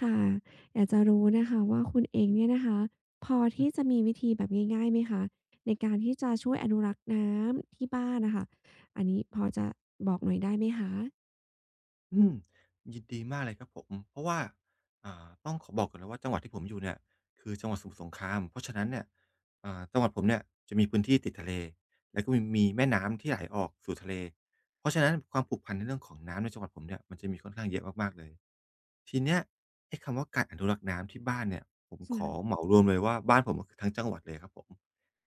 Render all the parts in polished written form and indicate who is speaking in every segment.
Speaker 1: ค่ะอยากจะรู้นะคะว่าคุณเองเนี่ยนะคะพอที่จะมีวิธีแบบง่ายๆไหมคะในการที่จะช่วยอนุรักษ์น้ำที่บ้านน่ะค่ะอันนี้พอจะบอกหน่อยได้ไหมคะ
Speaker 2: อืมยินดีมากเลยครับผมเพราะว่าต้องขอบอกก่อนเลยว่าจังหวัดที่ผมอยู่เนี่ยคือจังหวัดสมุทรสงครามเพราะฉะนั้นเนี่ยจังหวัดผมเนี่ยจะมีพื้นที่ติดทะเลแล้วก็มีแม่น้ำที่ไหลออกสู่ทะเลเพราะฉะนั้นความผูกพันในเรื่องของน้ำในจังหวัดผมเนี่ยมันจะมีค่อนข้างเยอะมากๆเลยทีเนี้ยไอ้คำว่าการอนุรักษ์น้ำที่บ้านเนี่ยผมขอเห
Speaker 1: ค่ะ
Speaker 2: มารวมเลยว่าบ้านผมก็คือทั้งจังหวัดเลยครับผม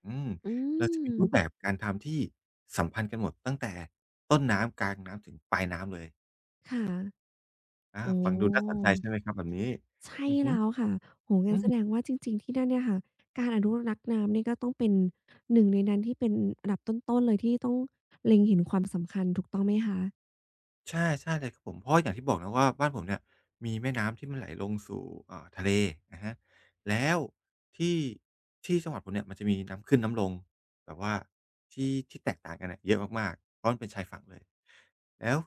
Speaker 2: อืม
Speaker 1: อื
Speaker 2: เราจะ
Speaker 1: ม
Speaker 2: มีรูปแบบการทำที่สัมพันธ์กันหมดตั้งแต่ต้นน้ำกลางน้ำถึงปลายน้ำเลย
Speaker 1: ค่ะ
Speaker 2: อา
Speaker 1: อ๋
Speaker 2: ฟังดูน่าสน
Speaker 1: อ
Speaker 2: ใจใช่ไหมครับแบบนี้
Speaker 1: ใช่
Speaker 2: อือฮึ
Speaker 1: แล้วค่ะโอ้โฮงั้
Speaker 2: อื
Speaker 1: นแสดงว่าจริงๆที่นั่นเนี่ยค่ะการอนุรักษ์น้ำนี่ก็ต้องเป็นหนึ่งในนั้นที่เป็นอันดับต้นๆเลยที่ต้องเล็งเห็นความสำคัญถูกต้องไหมคะ
Speaker 2: ใช่ใช่เลยครับผมเพราะอย่างที่บอกนะว่าบ้านผมเนี่ยมีแม่น้ำที่มันไหลลงสู่ทะเลอะฮะแล้วที่ที่จังหวัดผมเนี่ยมันจะมีน้ำขึ้นน้ำลงแบบว่าที่ที่แตกต่างกันน่ะเยอะมากๆเพราะมันเป็นชายฝั่งเลยแล้ว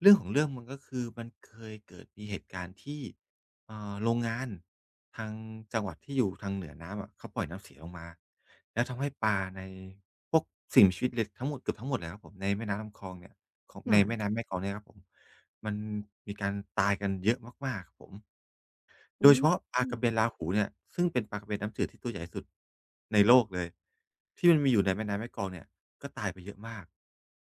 Speaker 2: เรื่องของเรื่องมันก็คือมันเคยเกิดมีเหตุการณ์ที่โรงงานทางจังหวัดที่อยู่ทางเหนือน้ำอะเขาปล่อยน้ำเสียลงมาแล้วทำให้ปลาในพวกสิ่งมีชีวิตเลยทั้งหมดเกือบทั้งหมดเลยครับผมในแม่น้ำลำคลองเนี่ย ของในแม่
Speaker 1: ค่ะ
Speaker 2: น้ำแม่กลองเนี่ยครับผมมันมีการตายกันเยอะมากๆครับผมโด
Speaker 1: อื
Speaker 2: ยเฉพาะปลาก
Speaker 1: ม
Speaker 2: ระเบนราหูเนี่ยซึ่งเป็นปลากระเบนน้ำจืดที่ตัวใหญ่สุดในโลกเลยที่มันมีอยู่ในแม่น้ำแม่กลองเนี่ยก็ตายไปเยอะมาก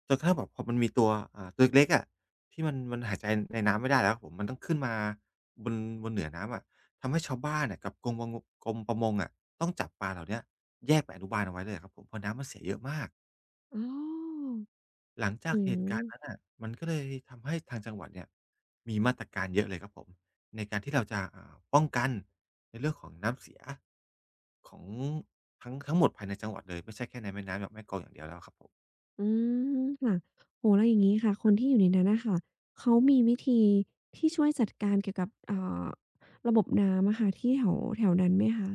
Speaker 2: จนกระทั่งแบบพอมันมีตัวตัวเล็กๆอะที่มันหายใจในน้ำไม่ได้แล้วครับผมมันต้องขึ้นมาบนบนเหนือน้ำอะทำให้ชาวบ้านน่ะกับกรมประมงอะต้องจับปลาเหล่าเนี้ยแยกไปอนุบาลเอาไว้เลยอะครับผมเพราะน้ำมันเสียเยอะมาก
Speaker 1: อ๋อ
Speaker 2: หลังจาก
Speaker 1: อื
Speaker 2: เห
Speaker 1: ม
Speaker 2: ตุการณ์นั้นน่ะมันก็เลยทำให้ทางจังหวัดเนี่ยมีมาตรการเยอะเลยครับผมในการที่เราจะป้องกันในเรื่องของน้ำเสียของทั้งหมดภายในจังหวัดเลยไม่ใช่แค่ในแม่น้ำแบบแม่กลองอย่างเดียวแล้วครับผม
Speaker 1: อืมค่ะโอ้โฮแล้วอย่างงี้ค่ะคนที่อยู่ในนั้นน่ะค่ะเขามีวิธีที่ช่วยจัดการเกี่ยวกับาระบบน้ำอะค่ะที่แถวแถวนั้นไหมคะ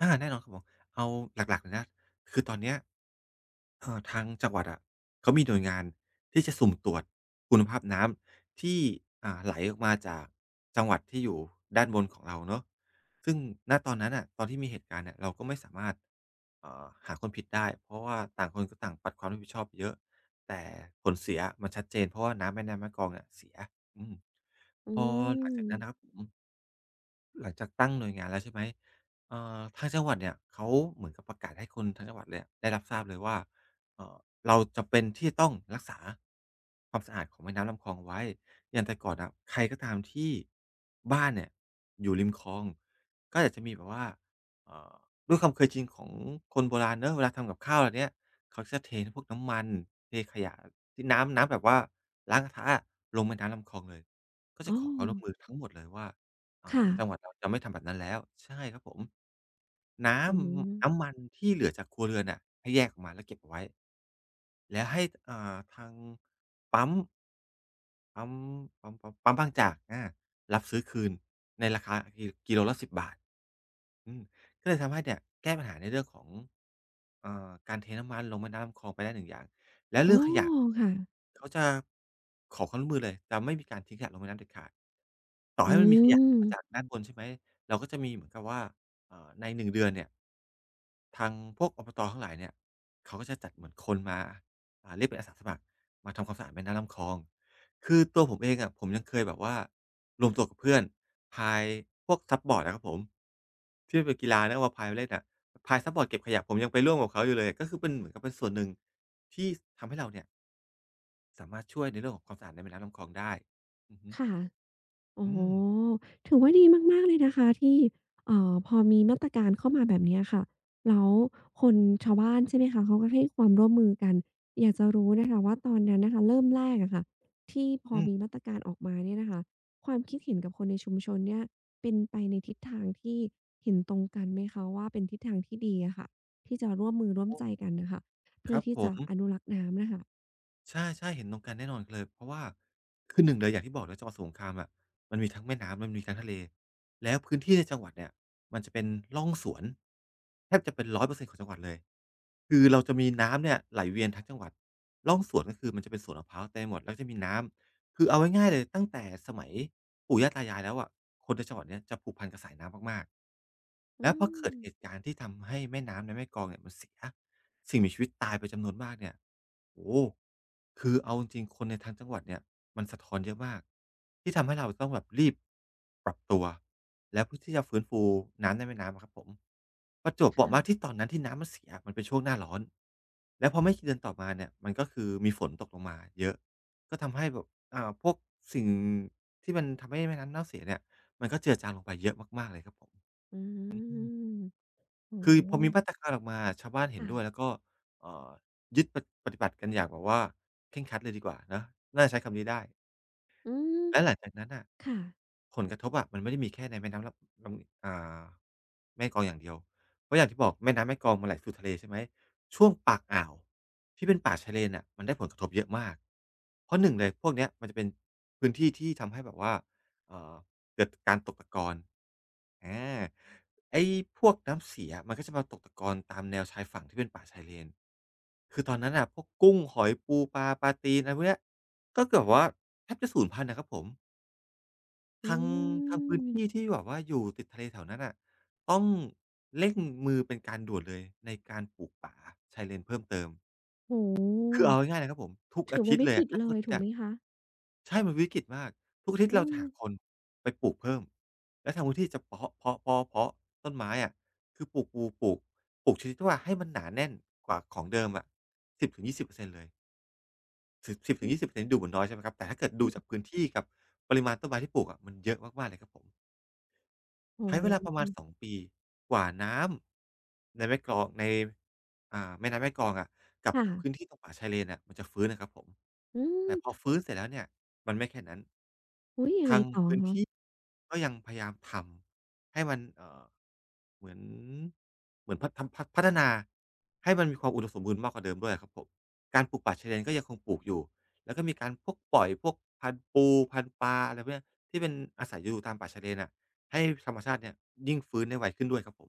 Speaker 2: อาแน่นอนครับผมเอาหลักๆเลยนะคือตอนเนี้ย ทางจังหวัดอะเขามีหน่วยงานที่จะสุ่มตรวจคุณภาพน้ำที่ไหลออกมาจากจังหวัดที่อยู่ด้านบนของเราเนาะซึ่งณตอนนั้นน่ะตอนที่มีเหตุการณ์เนี่ยเราก็ไม่สามารถหาคนผิดได้เพราะว่าต่างคนก็ต่างปัดความรับผิดชอบเยอะแต่ผลเสียมันชัดเจนเพราะว่าน้ำแม่น้ำแม่กลองเนี่ยเสียอืม
Speaker 1: อื
Speaker 2: พอหลังจากนั้นนะครับ
Speaker 1: ม
Speaker 2: ผม หลังจากตั้งหน่วยงานแล้วใช่ไหมทางจังหวัดเนี่ยเขาเหมือนกับประกาศให้คนทั้งจังหวัดเลยอะได้รับทราบเลยว่าเอ่อเราจำเป็นที่จะต้องรักษาความสะอาดของแม่น้ำลำคลองไว้อย่างแต่ก่อนนะใครก็ตามที่บ้านเนี่ยอยู่ริมคลองก็อาจจะมีแบบว่าเอ่อด้วยความเคยชินของคนโบราณเนาะเวลาทำกับข้าวอะไรเนี้ยเขาจะเทพวกน้ำมันเทขยะที่น้ำแบบว่าล้างกระทะอะลงแม่น้ำลำคลองเลยก็จะ
Speaker 1: อ้อ
Speaker 2: ขอความร่วมมือทั้งหมดเลยว่า
Speaker 1: ค่ะ
Speaker 2: จังหวัดเราจะไม่ทำแบบนั้นแล้วใช่ครับผมน้
Speaker 1: อืม
Speaker 2: น้ำมันที่เหลือจากครัวเรือนน่ะให้แยกออกมาแล้วเก็บเอาไว้แล้วให้ทางปั๊มปั๊มปั๊มบางจากอารับซื้อคืนในราคากิโลละ10 บาทอืมก็เลยทำให้เนี่ยแก้ปัญหาในเรื่องของการเทน้ำมันลงแม่น้ำลำคลองไปได้หนึ่งอย่างแลว
Speaker 1: อ๋
Speaker 2: เรื่
Speaker 1: อ
Speaker 2: องขยะ
Speaker 1: ค่ะ
Speaker 2: เขาจะขอความร่วมมือเลยจะไม่มีการทิ้งขยะลงแม่น้ำเด็ดขาด ต่อ
Speaker 1: อื
Speaker 2: ให้มันมีขยะมาจาก
Speaker 1: ม
Speaker 2: ด้านบนใช่ไหม เราก็จะมีเหมือนกับว่าใน1เดือนเนี่ย ทางพวกอบตทั้งหลายเนี่ย เขาก็จะจัดเหมือนคนมาเรียกเป็นอาสาสมัครมาทำความสะอาดแม่น้ำลำคลอง คือตัวผมเองอะผมยังเคยแบบว่ารวมตัวกับเพื่อนพายพวกซัปบอร์ดอะครับผมที่มันเป็นกีฬานะเอามาพายมาเล่นอะพายซัปบอร์ดเก็บขยะผมยังไปร่วมกับเขาอยู่เลยก็คือเป็นเหมือนกับเป็นส่วนหนึ่งที่ทำให้เราเนี่ยสามารถช่วยในเรื่องของความสะอาดในแม่น้ำลำคลองได้อือฮึ
Speaker 1: ค่ะ โอ๋อ
Speaker 2: อืม
Speaker 1: ถือว่าดีมากๆเลยนะคะที่พอมีมาตรการเข้ามาแบบเนี้ยค่ะแล้วคนชาวบ้านใช่ไหมคะเขาก็ให้ความร่วมมือกันอยากจะรู้นะคะว่าตอนนั้นน่ะค่ะเริ่มแรกอะค่ะที่พอ
Speaker 2: อื
Speaker 1: มี
Speaker 2: ม
Speaker 1: มาตรการออกมาเนี่ยนะคะความคิดเห็นกับคนในชุมชนเนี่ยเป็นไปในทิศทางที่เห็นตรงกันไหมคะว่าเป็นทิศทางที่ดีอะค่ะที่จะร่วมมือร่วมใจกันน่ะค่ะ
Speaker 2: ค
Speaker 1: เพื่อ
Speaker 2: รับ
Speaker 1: ที่
Speaker 2: ผ
Speaker 1: จะ
Speaker 2: ม
Speaker 1: อนุรักษ์น้ำน่ะค่ะ
Speaker 2: ใช่ๆเห็นตรงกันแน่นอนเลยเพราะว่าคือหนึ่งเลยอย่างที่บอกนะจังหวัดสมุทรสงครามอะมันมีทั้งแม่น้ำมันมีทั้งทะเลแล้วพื้นที่ในจังหวัดเนี่ยมันจะเป็นร่องสวนแทบจะเป็น100%ของจังหวัดเลยคือเราจะมีน้ำเนี่ยไหลเวียนทั้งจังหวัดร่องสวนก็คือมันจะเป็นสวนมะพร้าวเต็มไปหมดแล้วจะมีน้ำคือเอาง่ายๆเลยตั้งแต่สมัยปู่ย่าตายายแล้วอะคนในจังหวัดเนี้ยจะผูกพันกับสายน้ำมากๆ
Speaker 1: อื
Speaker 2: แล้วพอเกิด
Speaker 1: ม
Speaker 2: เหตุการณ์ที่ทำให้แม่น้ำในแม่กลองเนี่ยมันเสีย สิ่งมีชีวิตตายไปจำนวนมากเนี่ยโอ้โฮคือเอาจริงๆคนในทั้งจังหวัดเนี่ยมันสะท้อนเยอะมากที่ทำให้เราต้องแบบรีบปรับตัวแล้วเพื่อที่จะฟื้นฟูน้ำในแม่น้ำอะครับผมประจวบเหมาะมาก
Speaker 1: ค่ะ
Speaker 2: ที่ตอนนั้นที่น้ำมันเสียมันเป็นช่วงหน้าร้อนแล้วพอไม่กี่เดือนต่อมาเนี่ยมันก็คือมีฝนตกลงมาเยอะก็ทำให้แบบพวกสิ่งที่มันทำให้แม่น้ำเน่าเสียเนี่ยมันก็เจือจางลงไปเยอะมากๆเลยครับผม
Speaker 1: อื
Speaker 2: อืม
Speaker 1: มโอ้
Speaker 2: คือพ
Speaker 1: โฮ
Speaker 2: อมีมาตรการออกมาชาวบ้านเห็น
Speaker 1: ค่ะ
Speaker 2: ด้วยแล้วก็เอ่อยึดปะปฏิบัติกันอย่างแบบว่าเคร่งครัดเลยดีกว่านะน่าใช้คำนี้ได้
Speaker 1: อืม
Speaker 2: แล้วหลังจากนั้นน่ะ
Speaker 1: ค่ะ
Speaker 2: ผลกระทบอะมันไม่ได้มีแค่ในแม่น้ำลำลำอ่าแม่กลองอย่างเดียวเพราะอย่างที่บอกแม่น้ำแม่กลองมันไหลสู่ทะเลใช่ไหมช่วงปากอ่าวที่เป็นป่าชายเลนน่ะมันได้ผลกระทบเยอะมากเพราะหนึ่งเลยพวกเนี้ยมันจะเป็นพื้นที่ที่ทำให้แบบว่าเอ่อเกิดการตกตะกอนอาไอ้พวกน้ำเสียมันก็จะมาตกตะกอนตามแนวชายฝั่งที่เป็นป่าชายเลนคือตอนนั้นน่ะพวกกุ้งหอยปูปลาปลาตีนอะไรพวกเนี้ย ก็เกือบว่าแทบจะสูญพันธุ์นะครับผม
Speaker 1: อื
Speaker 2: ทางทางพื้นที่
Speaker 1: ม
Speaker 2: ที่แบบว่าอยู่ติดทะเลแถวนั้นน่ะต้องเร่งมือเป็นการด่วนเลยในการปลูกป่าชายเลนเพิ่มเติม
Speaker 1: โอ้โฮ
Speaker 2: คือเอาง่ายๆนะครับผมทุก
Speaker 1: ถื
Speaker 2: อา
Speaker 1: อ
Speaker 2: ทิ
Speaker 1: เป็น
Speaker 2: ตย์
Speaker 1: วิ
Speaker 2: เลย
Speaker 1: ก
Speaker 2: อะ
Speaker 1: ฤต
Speaker 2: ถ้า
Speaker 1: เล
Speaker 2: ทุก
Speaker 1: ย
Speaker 2: อาทิต
Speaker 1: ถู
Speaker 2: ย์
Speaker 1: ก
Speaker 2: อะ
Speaker 1: ไหมคะ
Speaker 2: ใช่มันวิกฤตมากทุกอาทิตย์
Speaker 1: อื
Speaker 2: เราจะ
Speaker 1: ม
Speaker 2: หาคนไปปลูกเพิ่มแล้วทางพื้นที่จะเพาะต้นไม้อะคือปลูกปูปลูกปลูกชนิดที่ว่าให้มันหนาแน่นกว่าของเดิมอะ10-20%เลย สิบ
Speaker 1: อืม
Speaker 2: 10-20%ดูเหมือนน้อยใช่ไหมครับแต่ถ้าเกิดดูจากพื้นที่กับปริมาณต้นไม้ที่ปลูกอะมันเยอะมากๆเลยครับผม
Speaker 1: โอ้
Speaker 2: ใช้เวลา
Speaker 1: โ
Speaker 2: ประมาณ2
Speaker 1: ฮ
Speaker 2: ปีกว่าน้ำในแม่กลองในแม่น้ำแม่กลองอะกับ
Speaker 1: ค่ะ
Speaker 2: พื้นที่ตรงป่าชายเลนอะมันจะฟื้นอะครับผม
Speaker 1: อืม
Speaker 2: แต่พอฟื้นเสร็จแล้วเนี่ยมันไม่แค่นั้น
Speaker 1: อุ๊ยยัง
Speaker 2: ทา
Speaker 1: ไง
Speaker 2: ง
Speaker 1: ต่อ
Speaker 2: พื้น
Speaker 1: คะ
Speaker 2: ที่ก็ยังพยายามทำให้มันเหมือนเหมือนพัฒทำพัฒพัฒนาให้มันมีความอุดมสมบูรณ์มากกว่าเดิมด้วยอะครับผมการปลูกป่าชายเลนก็ยังคงปลูกอยู่แล้วก็มีการพวกปล่อยพวกพันธุ์ปูพันธุ์ปลาอะไรพวกเนี้ยที่เป็นอาศัยอยู่ตามป่าชายเลนอะ ให้ธรรมชาติเนี่ยยิ่งฟื้นได้ไวขึ้นด้วยครับผม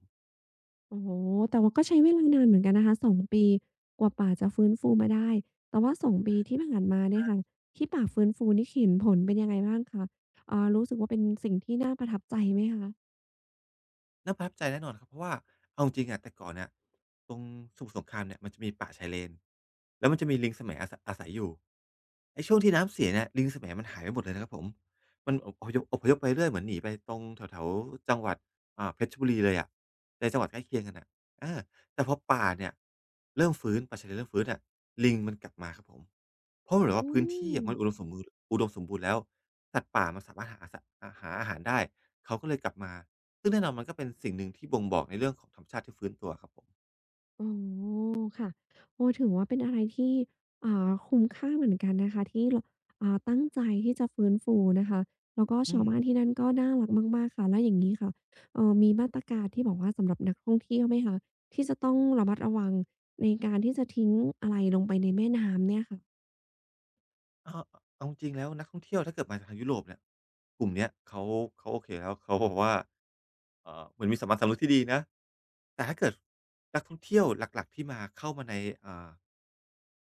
Speaker 1: โอ้โฮแต่ว่าก็ใช้เวลานานเหมือนกันนะคะสองปีกว่าป่าจะฟื้นฟูมาได้แต่ว่าสองปีที่ผ่านมาเนี่ยค่ะที่ป่าฟื้นฟูนี่เห็นผลเป็นยังไงบ้างคะรู้สึกว่าเป็นสิ่งที่น่าประทับใจไหมคะ
Speaker 2: น่าประทับใจแน่นอนครับเพราะว่าเอาจริงอะแต่ก่อนเนี่ยตรงสมุทรสงครามเนี่ยมันจะมีป่าชายเลนแล้วมันจะมีลิงแสมัอาศัยอยู่ไอ้ช่วงที่น้ำเสียเนี่ยลิงแสมัมันหายไปหมดเลยนะครับผมมันอพยพไปเรื่อยเหมือนหนีไปตรงแถวๆจังหวัดเพชรบุรีเลยอะในจังหวัดใกล้เคียงกันอ่ะเออแต่พอป่าเนี่ยเริ่มฟื้นป่าชายเลนเริ่มฟื้นอะลิงมันกลับมาครับผมเพราะเหมือนว่า
Speaker 1: อื
Speaker 2: พื้นที่
Speaker 1: ม
Speaker 2: อะมันอุดมสมบูรณ์แล้วสัตว์ป่ามันสามารถหาอาหารได้เขาก็เลยกลับมา ซึ่งแน่นอนมันก็เป็นสิ่งหนึ่งที่บ่งบอกในเรื่องของธรรมชาติที่ฟื้นตัวครับผม
Speaker 1: อ๋อค่ะโอ้ถือว่าเป็นอะไรที่คุ้มค่าเหมือนกันนะคะที่เราตั้งใจที่จะฟื้นฟูนะคะ แล้วก็
Speaker 2: อื
Speaker 1: ชาว
Speaker 2: ม
Speaker 1: บ้านที่นั่นก็น่ารักมากๆค่ะ แล้วอย่างนี้ค่ะมีมาตรการที่บอกว่าสำหรับนักท่องเที่ยวไหมคะที่จะต้องระมัดระวังในการที่จะทิ้งอะไรลงไปในแม่น้ำเนี่ยค่ะ
Speaker 2: เออเอาจริงๆแล้วนักท่องเที่ยวถ้าเกิดมาจากทางยุโรปเนี่ยกลุ่มเนี้ยเขาโอเคแล้วเขาบอกว่าเหมือนมีสัมมาสำนึกที่ดีนะแต่ถ้าเกิดนักท่องเที่ยวหลักๆที่มาเข้ามาในอ่า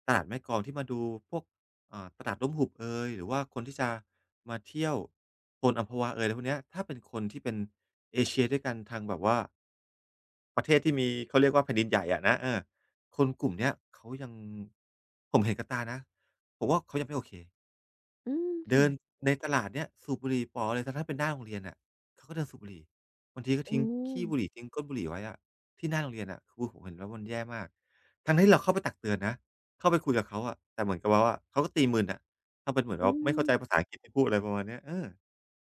Speaker 2: ตลาดแม่กลองที่มาดูพวกตลาดร่มหุบเอยหรือว่าคนที่จะมาเที่ยวโซนอัมพวาเอยอะไรพวกเนี้ยถ้าเป็นคนที่เป็นเอเชียด้วยกันทางแบบว่าประเทศที่มีเขาเรียกว่าแผ่นดินใหญ่อะนะเออคนกลุ่มเนี้ยเขายังผมเห็นกับตานะผมว่าเขายังไม่โอเค
Speaker 1: อืม
Speaker 2: เดิ
Speaker 1: ค่ะ
Speaker 2: นในตลาดเนี่ยสูบบุหรี่ป๋อเลยแต่ถ้าเป็นหน้าโรงเรียนน่ะเขาก็เดินสูบบุหรี่บางทีก็ทิ้ง
Speaker 1: โอ้
Speaker 2: ขี้บุหรี่ทิ้งก้นบุหรี่ไว้อะที่หน้าโรงเรียนอะคือผมเห็นแล้วมันแย่มากทั้งที่เราเข้าไปตักเตือนนะเข้าไปคุยกับเขาอะแต่เหมือนกับว่าเขาก็ตีมึนอะทำเป็นเหมือน
Speaker 1: อื
Speaker 2: ว่าไม่เข้าใจภา
Speaker 1: ม
Speaker 2: ษาอังกฤษที่พูดอะไรประมาณเนี้ยเออ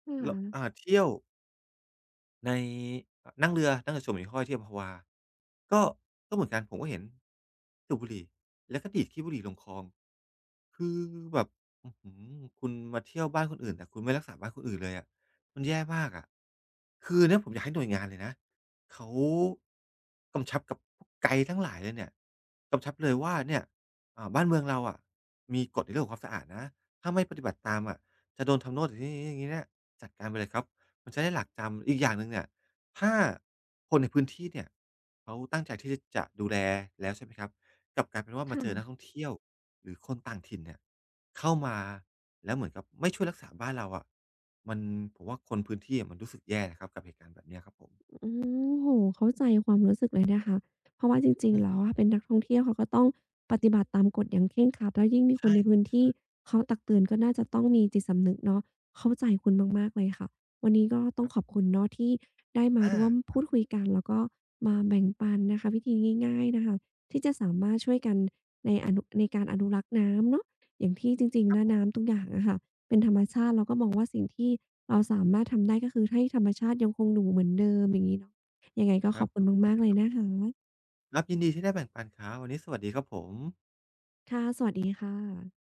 Speaker 1: ค
Speaker 2: ลอ่า
Speaker 1: ่ะ
Speaker 2: เที่ยว ในนั่งเรือชมหิ่งห้อยที่อัมพวา ก็ก็เหมือนกันผมก็เห็นสูบบุหรี่แล้วก็ดีดขี้บุหรี่ลงคลองคือแบบอื้อฮือคุณมาเที่ยวบ้านคนอื่นแต่คุณไม่รักษาบ้านคนอื่นเลยอะมันแย่มากอะคือเนี่ยผมอยากให้หน่วยงานเลยนะเขากำชับกับพวกไกด์ทั้งหลายเลยเนี่ยกำชับเลยว่าเนี่ยบ้านเมืองเราอะมีกฎในเรื่องของความสะอาดนะถ้าไม่ปฏิบัติตามอะจะโดนทำโทษอย่างงี้ๆๆอย่างงี้ๆจัดการไปเลยครับ มันจะได้หลักจำอีกอย่างหนึ่งเนี่ยถ้าคนในพื้นที่เนี่ยเขาตั้งใจที่จะดูแลแล้วใช่ไหมครับกลับกลายเป็นว่ามาเจอนักท่
Speaker 1: ค่ะ
Speaker 2: องเที่ยวหรือคนต่างถิ่นเนี่ยเข้ามาแล้วเหมือนกับไม่ช่วยรักษาบ้านเราอะมันผมว่าคนพื้นที่อะมันรู้สึกแย่นะครับกับเหตุการณ์แบบเนี้ยครับผม
Speaker 1: อืมโอ้โเข้าใจความรู้สึกเลยนะคะเพราะว่าจริง
Speaker 2: อื
Speaker 1: ๆแล้ว
Speaker 2: ม
Speaker 1: อะเป็นนักท่องเที่ยวเขาก็ต้องปฏิบัติตามกฎอย่างเคร่งครัดแล้วยิ่งมีค
Speaker 2: ใช่
Speaker 1: นใน
Speaker 2: ครั
Speaker 1: พื้น
Speaker 2: บ
Speaker 1: ที่
Speaker 2: ใช่
Speaker 1: เขาตักเตือนก็น่าจะต้องมีจิตสำนึกเนาะเข้าใจคุณมากๆเลยค่ะวันนี้ก็ต้
Speaker 2: ค
Speaker 1: อง
Speaker 2: รั
Speaker 1: ขอบ
Speaker 2: บ
Speaker 1: คุณเนาะที่ได้มาร่วม
Speaker 2: อา
Speaker 1: พูดคุยกันแล้วก็มาแบ่งปันนะคะวิธีง่ายๆนะคะที่จะสามารถช่วยกันในอนุในการอนุรักษ์น้ำเนาะอย่างที่จริง
Speaker 2: ค
Speaker 1: ๆ
Speaker 2: รับ
Speaker 1: แล้ว
Speaker 2: ผม
Speaker 1: น้ำทุกอย่างอะค่ะ เป็นธรรมชาติเราก็มองว่าสิ่งที่เราสามารถทำได้ก็คือให้ธรรมชาติยังคงอยู่เหมือนเดิมอย่างงี้เนาะยังไง
Speaker 2: ค
Speaker 1: ก็ข
Speaker 2: รั
Speaker 1: อ
Speaker 2: บ
Speaker 1: บคุ
Speaker 2: ถู
Speaker 1: ณ
Speaker 2: กต้อง
Speaker 1: มาก
Speaker 2: เล
Speaker 1: ๆ
Speaker 2: ย
Speaker 1: เล
Speaker 2: ค
Speaker 1: ย
Speaker 2: รับ
Speaker 1: นะคะ
Speaker 2: ครับยินดีที่ได้แบ่งปันครับวันนี้สวัสดีครับผม
Speaker 1: ค่ะ สวัสดีค่ะ